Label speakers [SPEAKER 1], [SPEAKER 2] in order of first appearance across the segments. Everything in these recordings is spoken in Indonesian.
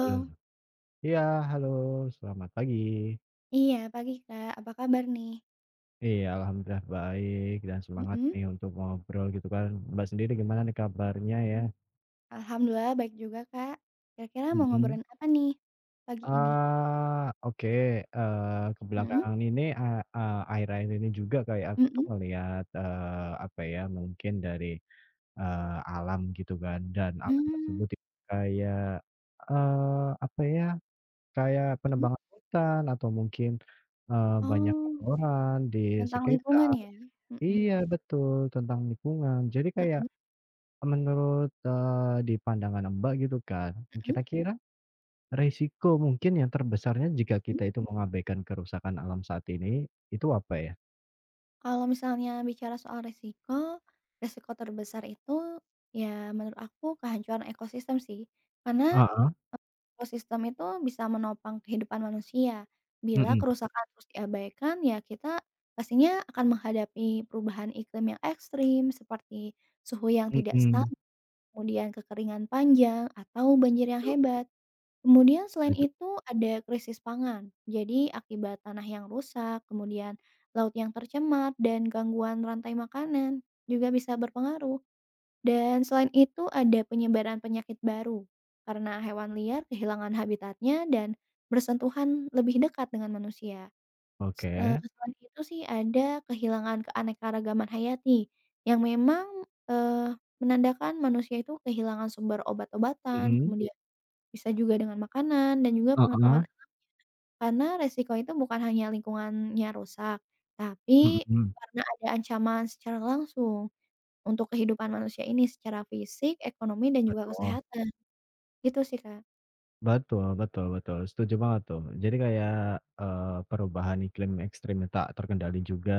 [SPEAKER 1] Halo.
[SPEAKER 2] Oh,
[SPEAKER 1] Iya, halo, selamat pagi.
[SPEAKER 2] iya pagi Kak, apa kabar nih?
[SPEAKER 1] Iya, alhamdulillah baik dan semangat
[SPEAKER 2] Mhm.
[SPEAKER 1] nih untuk ngobrol gitu kan. Mbak sendiri gimana nih kabarnya ya?
[SPEAKER 2] Alhamdulillah baik juga Kak. Kira-kira mau
[SPEAKER 1] Mhm.
[SPEAKER 2] ngobrolin apa nih pagi ini?
[SPEAKER 1] Ah, oke, ke
[SPEAKER 2] Mhm?
[SPEAKER 1] ini, eee eee, akhir-akhir ini juga kayak aku tuh
[SPEAKER 2] Mhm.
[SPEAKER 1] ngelihat, apa ya, mungkin dari, alam gitu kan dan alam
[SPEAKER 2] Mmm.
[SPEAKER 1] tersebut itu kayak, apa ya, kayak
[SPEAKER 2] Mhm.
[SPEAKER 1] penebangan hutan atau mungkin, banyak
[SPEAKER 2] Oh,
[SPEAKER 1] kotoran di
[SPEAKER 2] tentang lingkungan
[SPEAKER 1] sekitar.
[SPEAKER 2] ya? Mhm.
[SPEAKER 1] Iya betul, tentang lingkungan. Jadi kayak
[SPEAKER 2] Mhm,
[SPEAKER 1] menurut, di pandangan Mbak gitu kan,
[SPEAKER 2] mhm,
[SPEAKER 1] kira-kira resiko mungkin yang terbesarnya jika
[SPEAKER 2] mhm.
[SPEAKER 1] kita itu mengabaikan kerusakan alam saat ini, itu apa ya?
[SPEAKER 2] Kalau misalnya bicara soal resiko, resiko terbesar itu, ya, menurut aku kehancuran ekosistem sih, karena
[SPEAKER 1] Heeh,
[SPEAKER 2] ekosistem itu bisa menopang kehidupan manusia. Bila
[SPEAKER 1] mhm
[SPEAKER 2] kerusakan terus diabaikan, ya kita pastinya akan menghadapi perubahan iklim yang ekstrim seperti suhu yang tidak
[SPEAKER 1] mhm,
[SPEAKER 2] stabil, kemudian kekeringan panjang, atau banjir yang
[SPEAKER 1] setuju
[SPEAKER 2] hebat. Kemudian selain
[SPEAKER 1] setuju.
[SPEAKER 2] itu ada krisis pangan. Jadi akibat tanah yang rusak, kemudian laut yang tercemar, dan gangguan rantai makanan juga bisa berpengaruh. Dan selain itu ada penyebaran penyakit baru, karena hewan liar kehilangan habitatnya dan bersentuhan lebih dekat dengan manusia. S
[SPEAKER 1] Oke,
[SPEAKER 2] Selain itu sih ada kehilangan keanekaragaman hayati, yang memang, eee, menandakan manusia itu kehilangan sumber obat-obatan,
[SPEAKER 1] mhm,
[SPEAKER 2] kemudian bisa juga dengan makanan dan juga
[SPEAKER 1] heeh,
[SPEAKER 2] pengetahuan, karena resiko itu bukan hanya lingkungannya rusak, tapi
[SPEAKER 1] mhm,
[SPEAKER 2] karena ada ancaman secara langsung untuk kehidupan manusia ini secara fisik, ekonomi, dan juga
[SPEAKER 1] betul.
[SPEAKER 2] kesehatan, gitu sih, Kak.
[SPEAKER 1] Betul betul betul, setuju banget tuh. Jadi kayak, perubahan iklim ekstrim yang tak terkendali juga,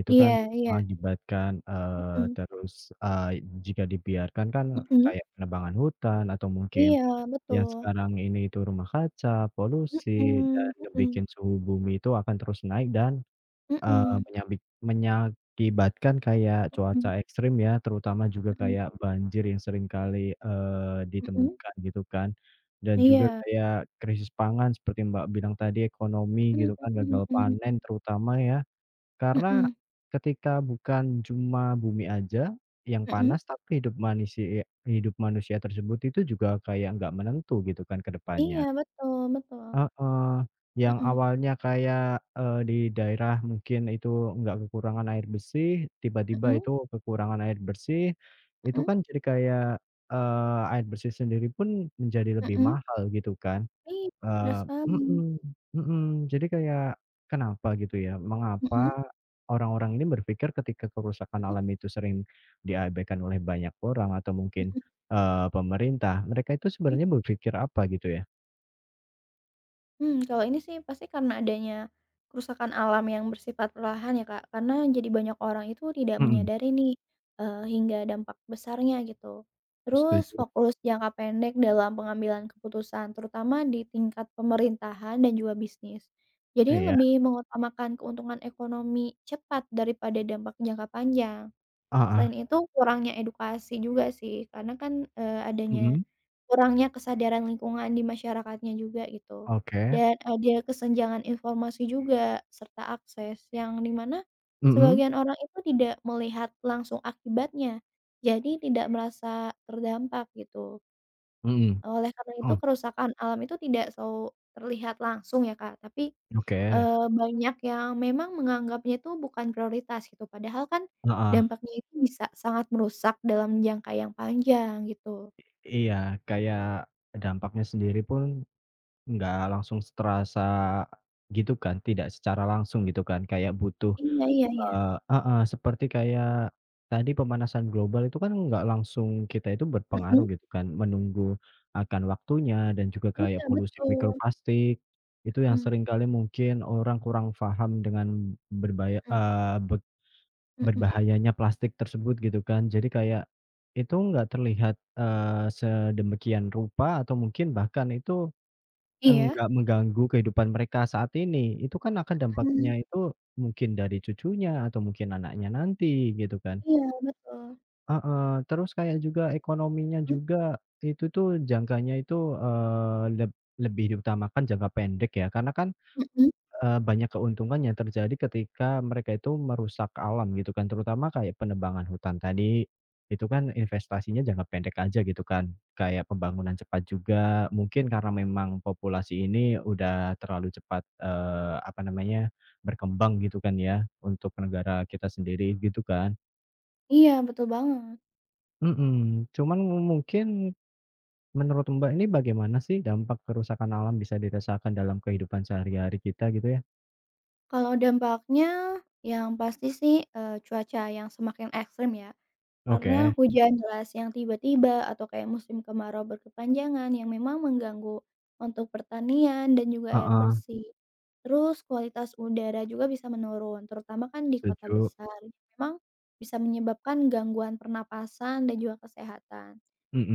[SPEAKER 1] itu kan
[SPEAKER 2] Iya, iya.
[SPEAKER 1] mengakibatkan,
[SPEAKER 2] Mhm,
[SPEAKER 1] eee, jika dibiarkan kan
[SPEAKER 2] mhm.
[SPEAKER 1] kayak penebangan hutan atau mungkin
[SPEAKER 2] Iya,
[SPEAKER 1] yang
[SPEAKER 2] betul.
[SPEAKER 1] sekarang ini itu rumah kaca, polusi, dan
[SPEAKER 2] Mhm, mhm,
[SPEAKER 1] ngebikin suhu bumi itu akan terus naik dan
[SPEAKER 2] mhm,
[SPEAKER 1] menyakibatkan kayak
[SPEAKER 2] mhm,
[SPEAKER 1] cuaca ekstrim ya, terutama juga
[SPEAKER 2] mhm,
[SPEAKER 1] kayak banjir yang seringkali
[SPEAKER 2] mhm.
[SPEAKER 1] ditemukan gitu kan, dan juga
[SPEAKER 2] Iya.
[SPEAKER 1] kayak krisis pangan seperti Mbak bilang tadi, ekonomi gitu
[SPEAKER 2] Mhm,
[SPEAKER 1] kan,
[SPEAKER 2] mhm,
[SPEAKER 1] gagal
[SPEAKER 2] mhm,
[SPEAKER 1] panen
[SPEAKER 2] mhm.
[SPEAKER 1] terutama ya, karena
[SPEAKER 2] Mhm,
[SPEAKER 1] ketika bukan cuma bumi aja yang
[SPEAKER 2] mhm.
[SPEAKER 1] panas, tapi hidup manusia tersebut itu juga kayak nggak menentu gitu kan ke
[SPEAKER 2] Iya,
[SPEAKER 1] depannya.
[SPEAKER 2] betul, betul.
[SPEAKER 1] Heeh, yang
[SPEAKER 2] Mhm,
[SPEAKER 1] awalnya kayak, di daerah mungkin itu nggak kekurangan air bersih, tiba-tiba
[SPEAKER 2] mhm,
[SPEAKER 1] itu kekurangan air bersih, itu
[SPEAKER 2] mhm,
[SPEAKER 1] kan jadi kayak, air bersih sendiri pun menjadi lebih
[SPEAKER 2] mhm.
[SPEAKER 1] mahal gitu kan,
[SPEAKER 2] Iya, bener
[SPEAKER 1] eee
[SPEAKER 2] sekali.
[SPEAKER 1] mhm mhm, jadi kayak kenapa gitu ya, mengapa
[SPEAKER 2] Mhm,
[SPEAKER 1] orang-orang ini berpikir ketika kerusakan
[SPEAKER 2] mhm,
[SPEAKER 1] alam itu sering diabaikan oleh banyak orang atau mungkin,
[SPEAKER 2] mhm,
[SPEAKER 1] pemerintah, mereka itu
[SPEAKER 2] mhm.
[SPEAKER 1] sebenarnya berpikir apa gitu ya?
[SPEAKER 2] Hmm, kalau ini sih pasti karena adanya kerusakan alam yang bersifat perlahan ya, Kak, karena jadi banyak orang itu tidak
[SPEAKER 1] Mhm,
[SPEAKER 2] menyadari nih, hingga dampak besarnya gitu. Terus
[SPEAKER 1] setuju.
[SPEAKER 2] fokus jangka pendek dalam pengambilan keputusan, terutama di tingkat pemerintahan dan juga bisnis. Jadi
[SPEAKER 1] Iya,
[SPEAKER 2] lebih mengutamakan keuntungan ekonomi cepat daripada dampak jangka panjang.
[SPEAKER 1] heeh,
[SPEAKER 2] Selain itu kurangnya edukasi juga sih, karena kan, adanya
[SPEAKER 1] mhm,
[SPEAKER 2] kurangnya kesadaran lingkungan di masyarakatnya juga gitu,
[SPEAKER 1] oke,
[SPEAKER 2] dan ada kesenjangan informasi juga, serta akses yang di mana
[SPEAKER 1] mhm,
[SPEAKER 2] sebagian orang itu tidak melihat langsung akibatnya, jadi tidak merasa terdampak gitu.
[SPEAKER 1] mhm,
[SPEAKER 2] Oleh karena itu
[SPEAKER 1] oh,
[SPEAKER 2] kerusakan alam itu tidak selalu terlihat langsung ya Kak, tapi
[SPEAKER 1] oke,
[SPEAKER 2] Banyak yang memang menganggapnya itu bukan prioritas gitu, padahal kan
[SPEAKER 1] heeh,
[SPEAKER 2] dampaknya itu bisa sangat merusak dalam jangka yang panjang gitu.
[SPEAKER 1] iya, kayak dampaknya sendiri pun nggak langsung terasa gitu kan, tidak secara langsung gitu kan, kayak butuh,
[SPEAKER 2] Iya, iya, iya.
[SPEAKER 1] heeh, seperti kayak tadi pemanasan global itu kan nggak langsung kita itu berpengaruh
[SPEAKER 2] Mhm,
[SPEAKER 1] gitu kan, menunggu akan waktunya dan juga kayak
[SPEAKER 2] iya
[SPEAKER 1] polusi
[SPEAKER 2] betul,
[SPEAKER 1] mikroplastik, itu yang
[SPEAKER 2] mhm,
[SPEAKER 1] seringkali mungkin orang kurang paham dengan berbaya
[SPEAKER 2] mhm,
[SPEAKER 1] eee, be
[SPEAKER 2] mhm,
[SPEAKER 1] berbahayanya plastik tersebut gitu kan. Jadi kayak itu nggak terlihat, sedemikian rupa atau mungkin bahkan itu
[SPEAKER 2] iya,
[SPEAKER 1] enggak mengganggu kehidupan mereka saat ini. Itu kan akan dampaknya
[SPEAKER 2] mmm,
[SPEAKER 1] itu mungkin dari cucunya atau mungkin anaknya nanti gitu kan.
[SPEAKER 2] iya betul,
[SPEAKER 1] Heeh, terus kayak juga ekonominya
[SPEAKER 2] mhm,
[SPEAKER 1] juga itu tuh jangkanya itu, eee, leb lebih diutamakan jangka pendek ya, karena kan
[SPEAKER 2] mhm,
[SPEAKER 1] Banyak keuntungan yang terjadi ketika mereka itu merusak alam gitu kan, terutama kayak penebangan hutan tadi, itu kan investasinya jangka pendek aja gitu kan, kayak pembangunan cepat juga, mungkin karena memang populasi ini udah terlalu cepat, apa namanya, berkembang gitu kan ya, untuk negara kita sendiri gitu kan.
[SPEAKER 2] iya betul banget.
[SPEAKER 1] Mhm, cuman mungkin menurut Mbak ini bagaimana sih dampak kerusakan alam bisa dirasakan dalam kehidupan sehari-hari kita gitu ya?
[SPEAKER 2] Kalau dampaknya yang pasti sih, cuaca yang semakin ekstrim ya. Karena
[SPEAKER 1] Oke,
[SPEAKER 2] hujan deras yang tiba-tiba atau kayak musim kemarau berkepanjangan yang memang mengganggu untuk pertanian dan juga air
[SPEAKER 1] heeh,
[SPEAKER 2] bersih. Terus kualitas udara juga bisa menurun, terutama kan di kota
[SPEAKER 1] setuju.
[SPEAKER 2] besar memang bisa menyebabkan gangguan pernapasan dan juga kesehatan.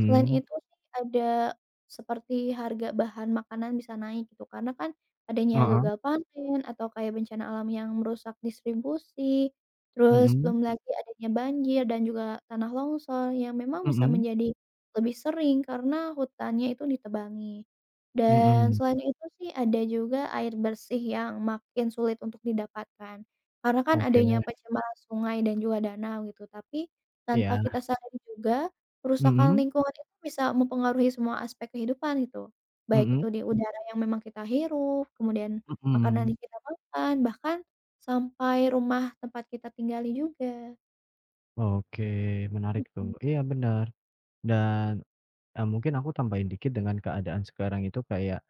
[SPEAKER 2] Selain itu sih ada seperti harga bahan makanan bisa naik gitu, karena kan adanya
[SPEAKER 1] heeh,
[SPEAKER 2] gagal panen atau kayak bencana alam yang merusak distribusi. Terus
[SPEAKER 1] mhm,
[SPEAKER 2] belum lagi adanya banjir dan juga tanah longsor yang memang bisa
[SPEAKER 1] mhm,
[SPEAKER 2] menjadi lebih sering karena hutannya itu ditebangi. Dan
[SPEAKER 1] mhm,
[SPEAKER 2] selain itu sih ada juga air bersih yang makin sulit untuk didapatkan. Karena kan adanya
[SPEAKER 1] oke,
[SPEAKER 2] pencemaran sungai dan juga danau gitu, tapi tanpa
[SPEAKER 1] iya,
[SPEAKER 2] kita sadari juga kerusakan
[SPEAKER 1] mhm,
[SPEAKER 2] lingkungan itu bisa mempengaruhi semua aspek kehidupan gitu. Baik
[SPEAKER 1] mhm,
[SPEAKER 2] itu di udara yang memang kita hirup, kemudian makanan
[SPEAKER 1] mhm,
[SPEAKER 2] yang kita makan, bahkan sampai rumah tempat kita tinggali juga.
[SPEAKER 1] oke, menarik tuh,
[SPEAKER 2] Mhm.
[SPEAKER 1] iya benar. Dan, mungkin aku tambahin dikit dengan keadaan sekarang itu kayak,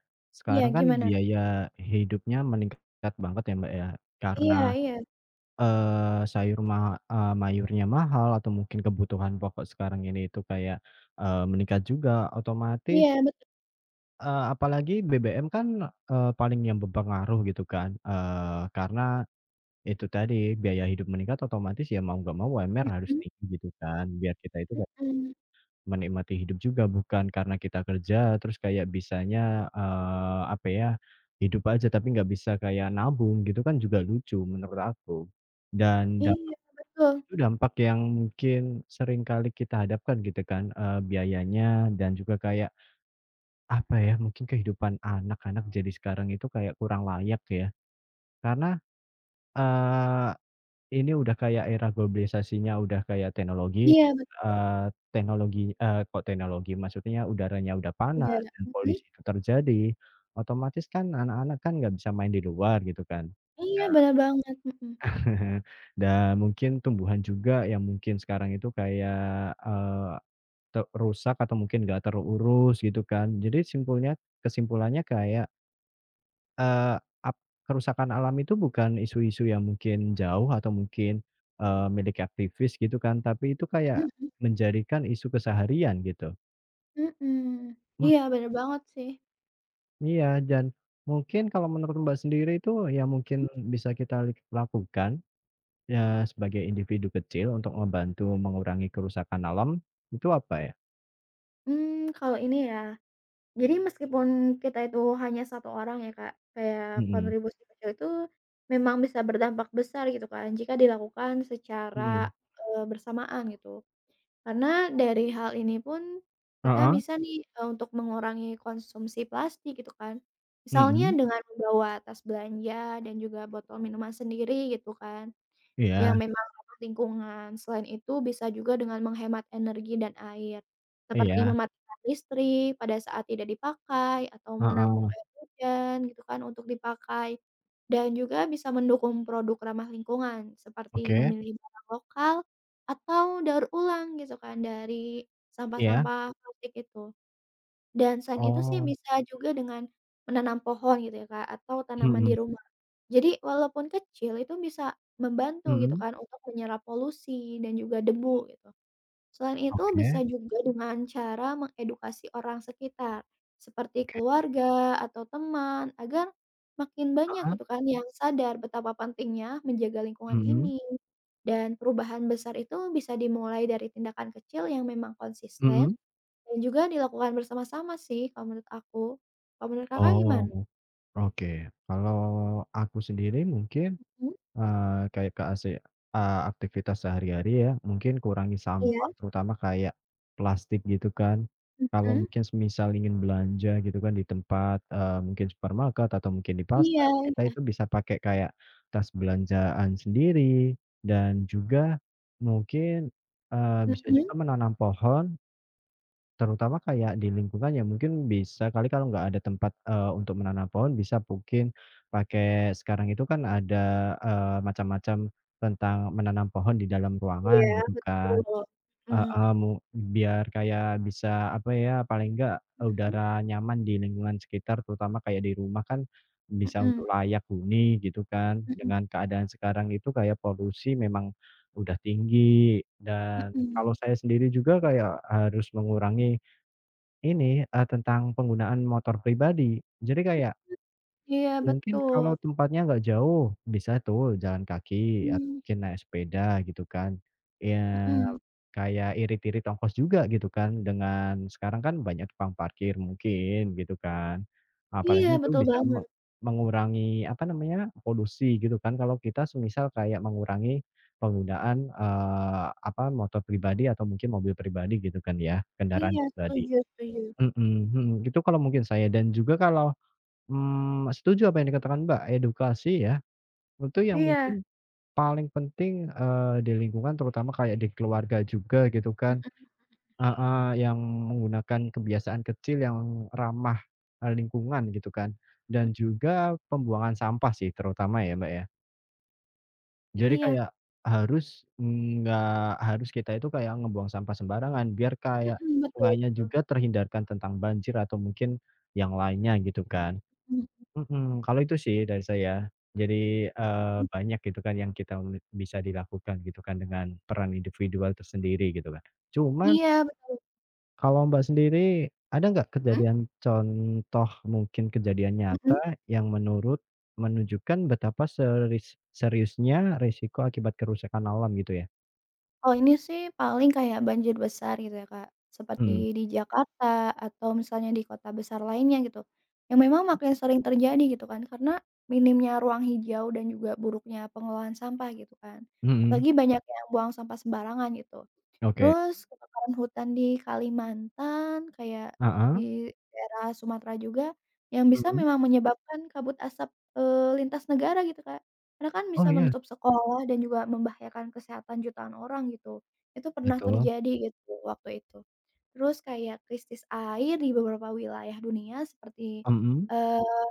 [SPEAKER 2] Iya
[SPEAKER 1] sekarang kan
[SPEAKER 2] gimana?
[SPEAKER 1] biaya hidupnya meningkat banget ya, Mbak, ya, karena,
[SPEAKER 2] Iya, iya,
[SPEAKER 1] eee, sayur ma eee, mayurnya mahal atau mungkin kebutuhan pokok sekarang ini itu kayak, meningkat juga
[SPEAKER 2] iya
[SPEAKER 1] otomatis.
[SPEAKER 2] betul,
[SPEAKER 1] Apalagi BBM kan, paling yang berpengaruh gitu kan, karena itu tadi biaya hidup meningkat otomatis ya mau nggak mau UMR harus
[SPEAKER 2] kan?
[SPEAKER 1] tinggi gitu kan, biar kita itu kayak
[SPEAKER 2] Mhm,
[SPEAKER 1] menikmati hidup juga bukan karena kita kerja terus kayak bisanya, apa ya, hidup aja tapi nggak bisa kayak nabung gitu kan juga lucu menurut aku. Dan
[SPEAKER 2] iya betul,
[SPEAKER 1] itu dampak yang mungkin sering kali kita hadapkan gitu kan, biayanya dan juga kayak apa ya, mungkin kehidupan anak-anak jadi sekarang itu kayak kurang layak ya. Karena, eee, ini udah kayak era globalisasinya udah kayak
[SPEAKER 2] iya betul,
[SPEAKER 1] eee, teknologi eee, kok teknologi, maksudnya udaranya udah panas
[SPEAKER 2] Jara,
[SPEAKER 1] dan
[SPEAKER 2] mhm,
[SPEAKER 1] polusi itu terjadi, otomatis kan anak-anak kan nggak bisa main di luar gitu kan.
[SPEAKER 2] iya
[SPEAKER 1] Dan
[SPEAKER 2] bener banget, mhm,
[SPEAKER 1] dan mungkin tumbuhan juga yang mungkin sekarang itu kayak, eee, te rusak atau mungkin nggak terurus gitu kan. Jadi kesimpulannya kayak Eee, ap kerusakan alam itu bukan isu-isu yang mungkin jauh atau mungkin, milik aktivis gitu kan, tapi itu, mhm, kayak
[SPEAKER 2] mhm,
[SPEAKER 1] menjadikan isu keseharian gitu.
[SPEAKER 2] mhm, mhm,
[SPEAKER 1] Mhm,
[SPEAKER 2] iya bener banget sih,
[SPEAKER 1] iya, dan mungkin kalau menurut Mbak sendiri itu yang mungkin bisa kita lakukan, ya sebagai individu kecil untuk membantu mengurangi kerusakan alam, itu apa ya?
[SPEAKER 2] mmm, kalau ini ya, jadi meskipun kita itu hanya satu orang ya Kak, kayak
[SPEAKER 1] Mhm
[SPEAKER 2] kontribusi kecil itu memang bisa berdampak besar gitu kan jika dilakukan secara,
[SPEAKER 1] mhm.
[SPEAKER 2] bersamaan gitu. Karena dari hal ini pun kita
[SPEAKER 1] Heeh,
[SPEAKER 2] bisa nih, untuk mengurangi konsumsi plastik gitu kan. Misalnya
[SPEAKER 1] mhm.
[SPEAKER 2] dengan membawa tas belanja dan juga botol minuman sendiri gitu kan.
[SPEAKER 1] Iya
[SPEAKER 2] Yang memang ramah lingkungan. Selain itu bisa juga dengan menghemat energi dan air, seperti
[SPEAKER 1] iya,
[SPEAKER 2] mematikan listrik pada saat tidak dipakai atau menampung
[SPEAKER 1] heeh,
[SPEAKER 2] air hujan gitu kan untuk dipakai. Dan juga bisa mendukung produk ramah lingkungan seperti
[SPEAKER 1] oke,
[SPEAKER 2] memilih barang lokal atau daur ulang gitu kan dari
[SPEAKER 1] iya,
[SPEAKER 2] sampah-sampah plastik itu. Dan selain itu sih
[SPEAKER 1] oh,
[SPEAKER 2] bisa juga dengan menanam pohon gitu ya Kak, atau tanaman di
[SPEAKER 1] mhm
[SPEAKER 2] rumah. Jadi walaupun kecil itu bisa membantu gitu
[SPEAKER 1] mhm,
[SPEAKER 2] kan untuk menyerap polusi dan juga debu gitu. Selain itu bisa
[SPEAKER 1] oke
[SPEAKER 2] juga dengan cara mengedukasi orang sekitar, seperti
[SPEAKER 1] oke,
[SPEAKER 2] keluarga atau teman agar makin banyak gitu kan yang sadar betapa pentingnya menjaga lingkungan
[SPEAKER 1] mhm
[SPEAKER 2] ini. Dan perubahan besar itu bisa dimulai dari tindakan kecil yang memang konsisten
[SPEAKER 1] mhm.
[SPEAKER 2] dan juga dilakukan bersama-sama sih kalau menurut aku. Kalau menurut Kakak gimana?
[SPEAKER 1] Oh, oke. Kalau aku sendiri mungkin,
[SPEAKER 2] Mhm,
[SPEAKER 1] eee, kayak ke ase eee, aktivitas sehari-hari ya, mungkin kurangi
[SPEAKER 2] iya,
[SPEAKER 1] sampah terutama kayak plastik gitu kan. Kalau
[SPEAKER 2] mhm,
[SPEAKER 1] mungkin semisal ingin belanja gitu kan di tempat, mungkin supermarket atau mungkin di
[SPEAKER 2] iya,
[SPEAKER 1] pasar, kita itu bisa pakai kayak tas belanjaan sendiri dan juga mungkin, bisa
[SPEAKER 2] mhm.
[SPEAKER 1] juga menanam pohon. Terutama kayak di lingkungan ya mungkin bisa kali kalau nggak ada tempat, untuk menanam pohon bisa mungkin pakai sekarang itu kan ada, macam-macam tentang menanam pohon di dalam ruangan
[SPEAKER 2] Iya,
[SPEAKER 1] gitu kan.
[SPEAKER 2] betul. Mhm.
[SPEAKER 1] Heeh, biar kayak bisa apa ya, paling nggak udara nyaman di lingkungan sekitar terutama kayak di rumah kan bisa
[SPEAKER 2] Mhm,
[SPEAKER 1] untuk layak huni gitu kan.
[SPEAKER 2] mhm, mhm,
[SPEAKER 1] Dengan keadaan sekarang itu kayak polusi memang udah tinggi dan kalau
[SPEAKER 2] mhm.
[SPEAKER 1] saya sendiri juga kayak harus mengurangi ini, tentang penggunaan motor pribadi. Jadi kayak
[SPEAKER 2] Iya,
[SPEAKER 1] mungkin kalau
[SPEAKER 2] betul.
[SPEAKER 1] tempatnya nggak jauh, bisa tuh jalan kaki atau
[SPEAKER 2] Mhm,
[SPEAKER 1] mungkin naik sepeda gitu kan. Ya
[SPEAKER 2] mhm.
[SPEAKER 1] kayak irit-irit ongkos juga gitu kan, dengan sekarang kan banyak tukang parkir mungkin gitu kan.
[SPEAKER 2] Iya,
[SPEAKER 1] Apalagi itu
[SPEAKER 2] betul
[SPEAKER 1] bisa
[SPEAKER 2] banget.
[SPEAKER 1] mengurangi apa namanya, polusi gitu kan kalau kita semisal kayak mengurangi penggunaan, motor pribadi atau mungkin mobil pribadi gitu kan ya, kendaraan
[SPEAKER 2] Iya,
[SPEAKER 1] pribadi.
[SPEAKER 2] setuju, setuju.
[SPEAKER 1] Mhm mhm, itu kalau mungkin saya dan juga kalau, mmm, setuju apa yang dikatakan Mbak, edukasi ya, itu yang
[SPEAKER 2] Iya,
[SPEAKER 1] mungkin paling penting, di lingkungan terutama kayak di keluarga juga gitu kan, heeh, yang menggunakan kebiasaan kecil yang ramah, lingkungan gitu kan, dan juga pembuangan sampah sih terutama ya, Mbak, ya. Jadi
[SPEAKER 2] iya,
[SPEAKER 1] kayak nggak harus kita itu kayak ngebuang sampah sembarangan, biar kayak
[SPEAKER 2] mhm, betul,
[SPEAKER 1] sungainya
[SPEAKER 2] betul.
[SPEAKER 1] juga terhindarkan tentang banjir atau mungkin yang lainnya gitu kan.
[SPEAKER 2] Mhm,
[SPEAKER 1] Mhm, kalau itu sih dari saya. Jadi,
[SPEAKER 2] mhm.
[SPEAKER 1] banyak gitu kan yang kita me bisa dilakukan gitu kan dengan peran individual tersendiri gitu kan. Cuma
[SPEAKER 2] Iya, betul.
[SPEAKER 1] kalau Mbak sendiri, ada nggak kejadian contoh mungkin kejadian
[SPEAKER 2] Mhm,
[SPEAKER 1] nyata
[SPEAKER 2] mhm.
[SPEAKER 1] yang menunjukkan betapa seriusnya risiko akibat kerusakan alam gitu ya?
[SPEAKER 2] Oh ini sih paling kayak banjir besar gitu ya, Kak, seperti
[SPEAKER 1] Mmm,
[SPEAKER 2] di Jakarta atau misalnya di kota besar lainnya gitu, yang memang makin sering terjadi gitu kan karena minimnya ruang hijau dan juga buruknya pengelolaan sampah gitu kan,
[SPEAKER 1] mhm,
[SPEAKER 2] apalagi banyak yang buang sampah sembarangan gitu.
[SPEAKER 1] oke,
[SPEAKER 2] Terus kebakaran hutan di Kalimantan, kayak
[SPEAKER 1] heeh,
[SPEAKER 2] di daerah Sumatera juga, yang bisa
[SPEAKER 1] mhm,
[SPEAKER 2] memang menyebabkan kabut asap, lintas negara gitu, Kak. Karena kan
[SPEAKER 1] oh
[SPEAKER 2] bisa
[SPEAKER 1] iya,
[SPEAKER 2] menutup sekolah dan juga membahayakan kesehatan jutaan orang gitu. Itu pernah
[SPEAKER 1] betul,
[SPEAKER 2] terjadi gitu waktu itu. Terus kayak krisis air di beberapa wilayah dunia seperti,
[SPEAKER 1] mhm,
[SPEAKER 2] eee,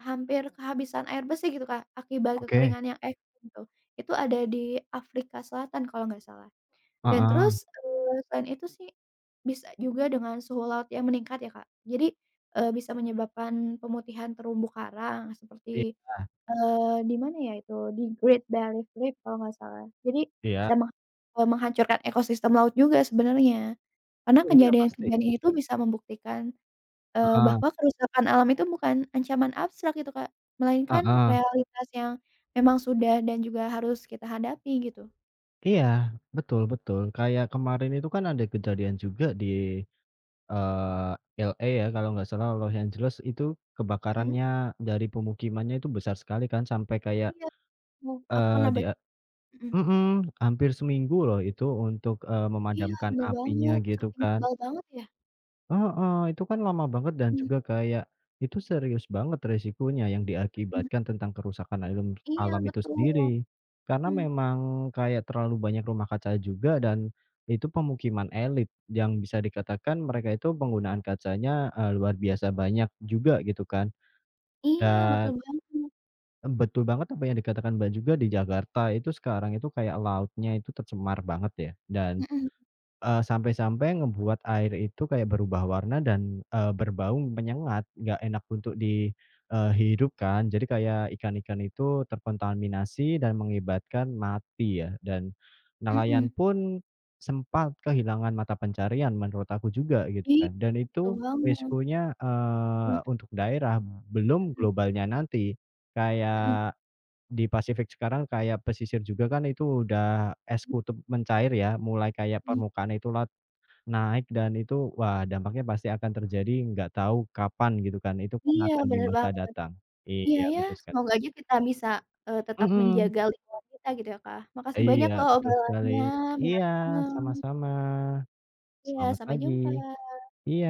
[SPEAKER 2] hampir kehabisan air bersih gitu, Kak, akibat
[SPEAKER 1] oke,
[SPEAKER 2] kekeringan yang ekstrem tuh. Itu ada di Afrika Selatan kalau nggak salah. Dan
[SPEAKER 1] heeh,
[SPEAKER 2] terus, selain itu sih, bisa juga dengan suhu laut yang meningkat ya, Kak. Jadi, bisa menyebabkan pemutihan terumbu karang
[SPEAKER 1] iya
[SPEAKER 2] seperti, di mana ya itu, di Great Barrier Reef kalau nggak salah. Jadi
[SPEAKER 1] iya,
[SPEAKER 2] bisa menghancurkan ekosistem laut juga sebenarnya. Karena
[SPEAKER 1] oh iya pasti,
[SPEAKER 2] kejadian-kejadian itu bisa membuktikan,
[SPEAKER 1] heeh
[SPEAKER 2] bahwa kerusakan alam itu bukan ancaman abstrak gitu, Kak, melainkan
[SPEAKER 1] heeh,
[SPEAKER 2] realitas yang memang sudah dan juga harus kita hadapi gitu.
[SPEAKER 1] iya, betul betul, kayak kemarin itu kan ada kejadian juga di Eee, LA ya kalau nggak salah, Los Angeles itu
[SPEAKER 2] Mhm,
[SPEAKER 1] kebakarannya dari pemukimannya itu besar sekali kan sampai kayak,
[SPEAKER 2] iya, aku aku
[SPEAKER 1] eee,
[SPEAKER 2] pernah bac
[SPEAKER 1] dia
[SPEAKER 2] mhm.
[SPEAKER 1] mhm, hampir seminggu loh itu untuk,
[SPEAKER 2] Iya,
[SPEAKER 1] memadamkan
[SPEAKER 2] bener
[SPEAKER 1] apinya
[SPEAKER 2] banget,
[SPEAKER 1] gitu
[SPEAKER 2] saking
[SPEAKER 1] kan.
[SPEAKER 2] tebal banget ya?
[SPEAKER 1] Heeh, itu kan lama banget dan
[SPEAKER 2] Mhm,
[SPEAKER 1] juga kayak, itu serius banget resikonya yang
[SPEAKER 2] mhm.
[SPEAKER 1] diakibatkan tentang kerusakan
[SPEAKER 2] Iya
[SPEAKER 1] alam itu
[SPEAKER 2] betul,
[SPEAKER 1] sendiri. Karena
[SPEAKER 2] mhm,
[SPEAKER 1] memang kayak terlalu banyak rumah kaca juga dan itu pemukiman elit yang bisa dikatakan mereka itu penggunaan kacanya, luar biasa banyak juga gitu kan.
[SPEAKER 2] iya betul
[SPEAKER 1] Dan,
[SPEAKER 2] banget,
[SPEAKER 1] mmm, betul banget apa yang dikatakan Mbak juga di Jakarta itu sekarang itu kayak lautnya itu tercemar banget ya dan
[SPEAKER 2] mhm,
[SPEAKER 1] Sampai-sampai ngebuat air itu kayak berubah warna dan, berbau menyengat, nggak enak untuk di, hidup kan. Jadi kayak ikan-ikan itu terkontaminasi dan mengibatkan mati ya, dan nelayan
[SPEAKER 2] mhm.
[SPEAKER 1] pun sempat kehilangan mata pencarian menurut aku juga gitu
[SPEAKER 2] Iya,
[SPEAKER 1] kan, dan
[SPEAKER 2] betul
[SPEAKER 1] itu
[SPEAKER 2] banget.
[SPEAKER 1] risikonya,
[SPEAKER 2] Mhm,
[SPEAKER 1] untuk daerah belum
[SPEAKER 2] mhm,
[SPEAKER 1] globalnya nanti,
[SPEAKER 2] mhm,
[SPEAKER 1] kayak di Pasifik sekarang kayak pesisir juga kan itu udah es kutub mencair ya, mulai kayak
[SPEAKER 2] mhm.
[SPEAKER 1] permukaan itu laut naik dan itu wah dampaknya pasti akan terjadi nggak tahu kapan gitu kan, itu kan
[SPEAKER 2] Iya,
[SPEAKER 1] akan di
[SPEAKER 2] bener
[SPEAKER 1] masa
[SPEAKER 2] banget.
[SPEAKER 1] datang.
[SPEAKER 2] Iya
[SPEAKER 1] Iya
[SPEAKER 2] ya,
[SPEAKER 1] betul sekali.
[SPEAKER 2] semoga aja kita bisa, tetap
[SPEAKER 1] Mhm,
[SPEAKER 2] menjaga lingkungan kita gitu ya, Kak. Makasih
[SPEAKER 1] iya
[SPEAKER 2] banyak loh
[SPEAKER 1] betul sekali.
[SPEAKER 2] obrolannya,
[SPEAKER 1] Iya,
[SPEAKER 2] menarik banget.
[SPEAKER 1] sama-sama.
[SPEAKER 2] Iya,
[SPEAKER 1] Selamat
[SPEAKER 2] sampai jumpa.
[SPEAKER 1] pagi. Iya.